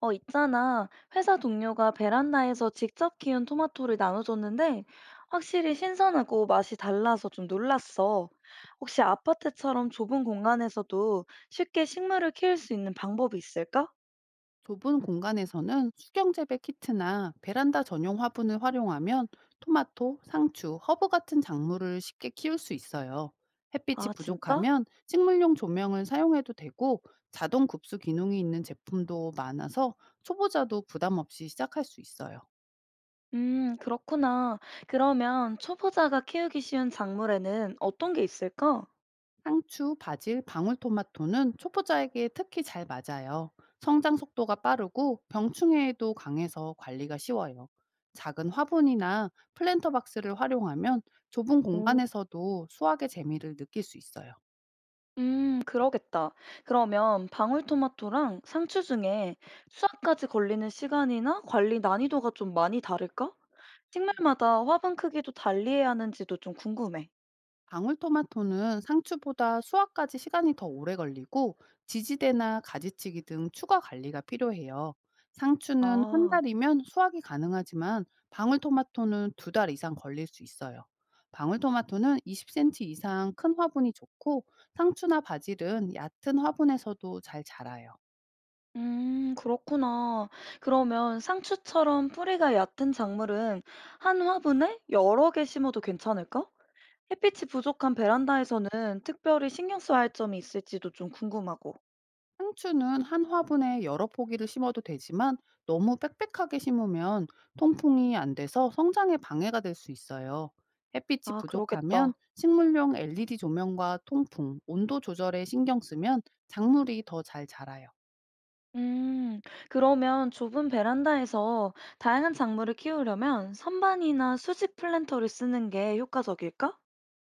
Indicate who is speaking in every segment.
Speaker 1: 어, 있잖아. 회사 동료가 베란다에서 직접 키운 토마토를 나눠줬는데 확실히 신선하고 맛이 달라서 좀 놀랐어. 혹시 아파트처럼 좁은 공간에서도 쉽게 식물을 키울 수 있는 방법이 있을까?
Speaker 2: 좁은 공간에서는 수경재배 키트나 베란다 전용 화분을 활용하면 토마토, 상추, 허브 같은 작물을 쉽게 키울 수 있어요. 햇빛이
Speaker 1: 아, 진짜?
Speaker 2: 부족하면 식물용 조명을 사용해도 되고 자동 급수 기능이 있는 제품도 많아서 초보자도 부담 없이 시작할 수 있어요.
Speaker 1: 그렇구나. 그러면 초보자가 키우기 쉬운 작물에는 어떤 게 있을까?
Speaker 2: 상추, 바질, 방울토마토는 초보자에게 특히 잘 맞아요. 성장 속도가 빠르고 병충해에도 강해서 관리가 쉬워요. 작은 화분이나 플랜터 박스를 활용하면 좁은
Speaker 1: 오.
Speaker 2: 공간에서도 수확의 재미를 느낄 수 있어요.
Speaker 1: 그러겠다. 그러면 방울토마토랑 상추 중에 수확까지 걸리는 시간이나 관리 난이도가 좀 많이 다를까? 식물마다 화분 크기도 달리해야 하는지도 좀 궁금해.
Speaker 2: 방울토마토는 상추보다 수확까지 시간이 더 오래 걸리고 지지대나 가지치기 등 추가 관리가 필요해요. 상추는 한
Speaker 1: 아,
Speaker 2: 달이면 수확이 가능하지만 방울토마토는 2달 이상 걸릴 수 있어요. 방울토마토는 20cm 이상 큰 화분이 좋고 상추나 바질은 얕은 화분에서도 잘 자라요.
Speaker 1: 그렇구나. 그러면 상추처럼 뿌리가 얕은 작물은 한 화분에 여러 개 심어도 괜찮을까? 햇빛이 부족한 베란다에서는 특별히 신경 써야 할 점이 있을지도 좀 궁금하고.
Speaker 2: 상추는 한 화분에 여러 포기를 심어도 되지만 너무 빽빽하게 심으면 통풍이 안 돼서 성장에 방해가 될 수 있어요. 햇빛이
Speaker 1: 아,
Speaker 2: 부족하면
Speaker 1: 그러겠다.
Speaker 2: 식물용 LED 조명과 통풍, 온도 조절에 신경 쓰면 작물이 더 잘 자라요.
Speaker 1: 음, 그러면 좁은 베란다에서 다양한 작물을 키우려면 선반이나 수직 플랜터를 쓰는 게 효과적일까?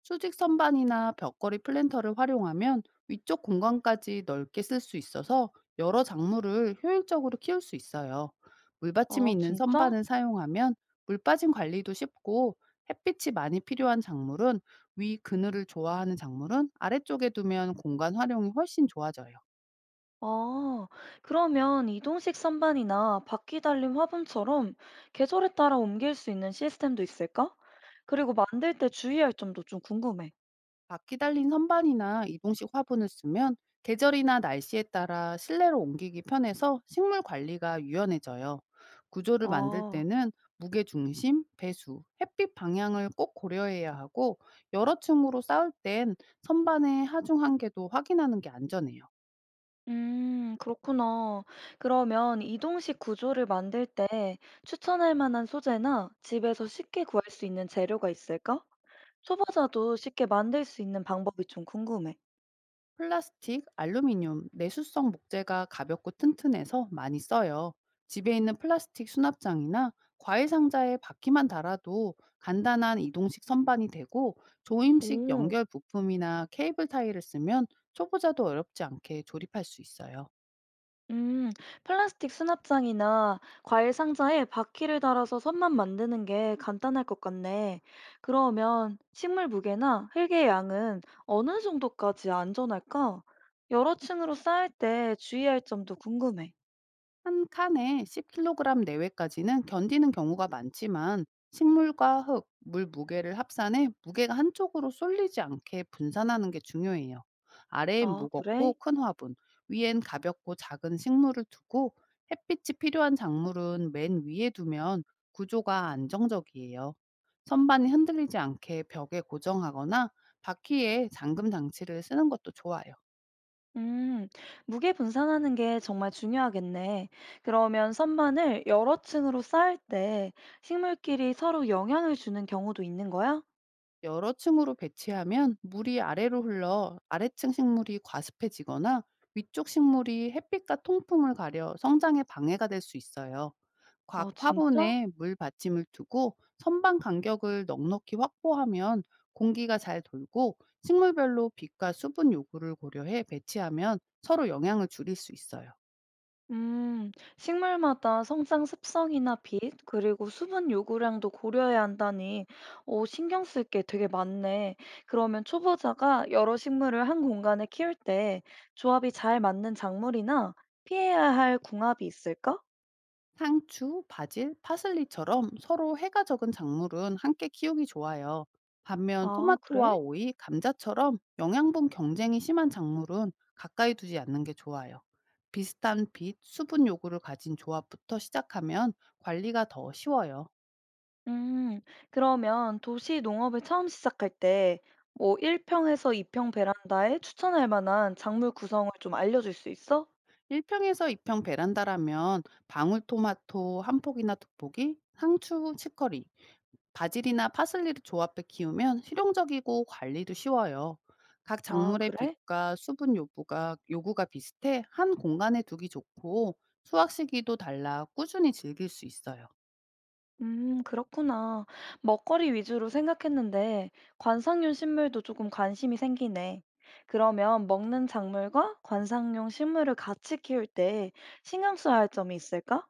Speaker 2: 수직 선반이나 벽걸이 플랜터를 활용하면 위쪽 공간까지 넓게 쓸 수 있어서 여러 작물을 효율적으로 키울 수 있어요. 물받침이
Speaker 1: 아,
Speaker 2: 있는
Speaker 1: 진짜?
Speaker 2: 선반을 사용하면 물빠짐 관리도 쉽고 햇빛이 많이 필요한 작물은 위 그늘을 좋아하는 작물은 아래쪽에 두면 공간 활용이 훨씬 좋아져요.
Speaker 1: 아, 그러면 이동식 선반이나 바퀴 달린 화분처럼 계절에 따라 옮길 수 있는 시스템도 있을까? 그리고 만들 때 주의할 점도 좀 궁금해.
Speaker 2: 바퀴 달린 선반이나 이동식 화분을 쓰면 계절이나 날씨에 따라 실내로 옮기기 편해서 식물 관리가 유연해져요. 구조를 만들
Speaker 1: 아,
Speaker 2: 때는 무게 중심, 배수, 햇빛 방향을 꼭 고려해야 하고 여러 층으로 쌓을 땐 선반의 하중 한계도 확인하는 게 안전해요.
Speaker 1: 그렇구나. 그러면 이동식 구조를 만들 때 추천할 만한 소재나 집에서 쉽게 구할 수 있는 재료가 있을까? 초보자도 쉽게 만들 수 있는 방법이 좀 궁금해.
Speaker 2: 플라스틱, 알루미늄, 내수성 목재가 가볍고 튼튼해서 많이 써요. 집에 있는 플라스틱 수납장이나 과일 상자에 바퀴만 달아도 간단한 이동식 선반이 되고 조임식
Speaker 1: 오,
Speaker 2: 연결 부품이나 케이블 타이를 쓰면 초보자도 어렵지 않게 조립할 수 있어요.
Speaker 1: 음, 플라스틱 수납장이나 과일 상자에 바퀴를 달아서 선만 만드는 게 간단할 것 같네. 그러면 식물 무게나 흙의 양은 어느 정도까지 안전할까? 여러 층으로 쌓을 때 주의할 점도 궁금해.
Speaker 2: 한 칸에 10kg 내외까지는 견디는 경우가 많지만 식물과 흙, 물 무게를 합산해 무게가 한쪽으로 쏠리지 않게 분산하는 게 중요해요. 아래엔
Speaker 1: 아,
Speaker 2: 무겁고
Speaker 1: 그래?
Speaker 2: 큰 화분, 위엔 가볍고 작은 식물을 두고 햇빛이 필요한 작물은 맨 위에 두면 구조가 안정적이에요. 선반이 흔들리지 않게 벽에 고정하거나 바퀴에 잠금 장치를 쓰는 것도 좋아요.
Speaker 1: 음, 무게 분산하는 게 정말 중요하겠네. 그러면 선반을 여러 층으로 쌓을 때 식물끼리 서로 영향을 주는 경우도 있는 거야?
Speaker 2: 여러 층으로 배치하면 물이 아래로 흘러 아래층 식물이 과습해지거나 위쪽 식물이 햇빛과 통풍을 가려 성장에 방해가 될 수 있어요. 각
Speaker 1: 아, 진짜?
Speaker 2: 화분에 물 받침을 두고 선반 간격을 넉넉히 확보하면 공기가 잘 돌고 식물별로 빛과 수분 요구를 고려해 배치하면 서로 영향을 줄일 수 있어요.
Speaker 1: 음, 식물마다 성장 습성이나 빛, 그리고 수분 요구량도 고려해야 한다니, 오, 신경 쓸 게 되게 많네. 그러면 초보자가 여러 식물을 한 공간에 키울 때 조합이 잘 맞는 작물이나 피해야 할 궁합이 있을까?
Speaker 2: 상추, 바질, 파슬리처럼 서로 해가 적은 작물은 함께 키우기 좋아요. 반면
Speaker 1: 아,
Speaker 2: 토마토와
Speaker 1: 그래?
Speaker 2: 오이, 감자처럼 영양분 경쟁이 심한 작물은 가까이 두지 않는 게 좋아요. 비슷한 빛, 수분 요구를 가진 조합부터 시작하면 관리가 더 쉬워요.
Speaker 1: 음, 그러면 도시 농업을 처음 시작할 때, 뭐 일평에서 2평 베란다에 추천할 만한 작물 구성을 좀 알려줄 수 있어?
Speaker 2: 1평에서 2평 베란다라면 방울토마토 한 폭이나 두 폭이, 상추, 치커리, 바질이나 파슬리를 조합해 키우면 실용적이고 관리도 쉬워요. 각
Speaker 1: 아,
Speaker 2: 작물의
Speaker 1: 그래?
Speaker 2: 빛과 수분 요부가 요구가 비슷해 한 공간에 두기 좋고 수확 시기도 달라 꾸준히 즐길 수 있어요.
Speaker 1: 그렇구나. 먹거리 위주로 생각했는데, 관상용 식물도 조금 관심이 생기네. 그러면 먹는 작물과 관상용 식물을 같이 키울 때 신경 써야 할 점이 있을까?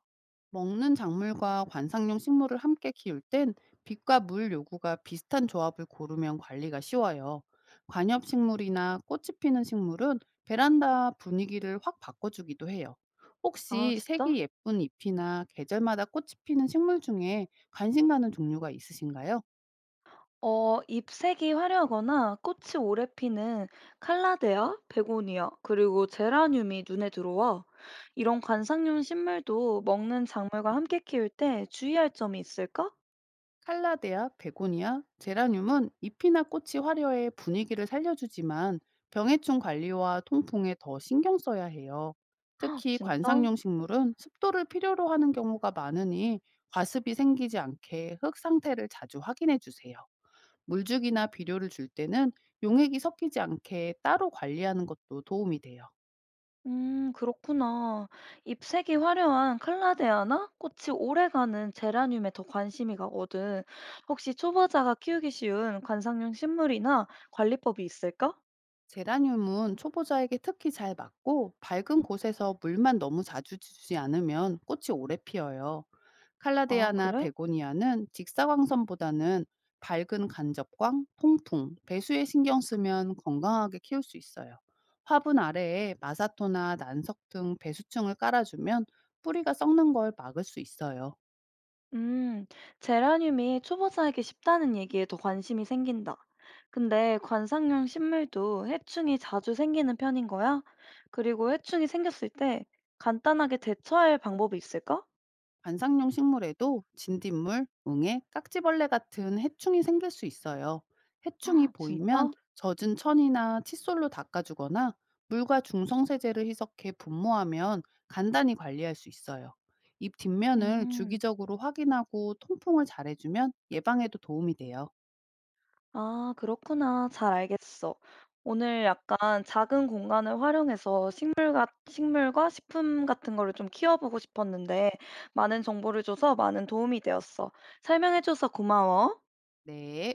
Speaker 2: 먹는 작물과 관상용 식물을 함께 키울 땐 빛과 물 요구가 비슷한 조합을 고르면 관리가 쉬워요. 관엽 식물이나 꽃이 피는 식물은 베란다 분위기를 확 바꿔주기도 해요.
Speaker 1: 아,
Speaker 2: 혹시
Speaker 1: 진짜?
Speaker 2: 색이 예쁜 잎이나 계절마다 꽃이 피는 식물 중에 관심 가는 종류가 있으신가요?
Speaker 1: 어, 잎색이 화려하거나 꽃이 오래 피는 칼라데아, 베고니아, 그리고 제라늄이 눈에 들어와. 이런 관상용 식물도 먹는 작물과 함께 키울 때 주의할 점이 있을까?
Speaker 2: 칼라데아, 베고니아, 제라늄은 잎이나 꽃이 화려해 분위기를 살려주지만 병해충 관리와 통풍에 더 신경 써야 해요.
Speaker 1: 아,
Speaker 2: 특히
Speaker 1: 진짜?
Speaker 2: 관상용 식물은 습도를 필요로 하는 경우가 많으니 과습이 생기지 않게 흙 상태를 자주 확인해 주세요. 물주기나 비료를 줄 때는 용액이 섞이지 않게 따로 관리하는 것도 도움이 돼요.
Speaker 1: 그렇구나. 잎색이 화려한 칼라데아나 꽃이 오래가는 제라늄에 더 관심이 가거든. 혹시 초보자가 키우기 쉬운 관상용 식물이나 관리법이 있을까?
Speaker 2: 제라늄은 초보자에게 특히 잘 맞고 밝은 곳에서 물만 너무 자주 주지 않으면 꽃이 오래 피어요.
Speaker 1: 아,
Speaker 2: 칼라데아나
Speaker 1: 그래?
Speaker 2: 베고니아는 직사광선보다는 밝은 간접광, 통풍, 배수에 신경 쓰면 건강하게 키울 수 있어요. 화분 아래에 마사토나 난석 등 배수층을 깔아주면 뿌리가 썩는 걸 막을 수 있어요.
Speaker 1: 음, 제라늄이 초보자에게 쉽다는 얘기에 더 관심이 생긴다. 근데 관상용 식물도 해충이 자주 생기는 편인 거야? 그리고 해충이 생겼을 때 간단하게 대처할 방법이 있을까?
Speaker 2: 관상용 식물에도 진딧물, 뭉에, 깍지벌레 같은 해충이 생길 수 있어요. 해충이
Speaker 1: 헉,
Speaker 2: 보이면
Speaker 1: 진짜?
Speaker 2: 젖은 천이나 칫솔로 닦아주거나 물과 중성세제를 희석해 분무하면 간단히 관리할 수 있어요. 입 뒷면을
Speaker 1: 음,
Speaker 2: 주기적으로 확인하고 통풍을 잘해주면 예방에도 도움이 돼요.
Speaker 1: 아, 그렇구나. 잘 알겠어. 오늘 약간 작은 공간을 활용해서 식물과 식품 같은 거를 좀 키워보고 싶었는데 많은 정보를 줘서 많은 도움이 되었어. 설명해줘서 고마워.
Speaker 2: 네.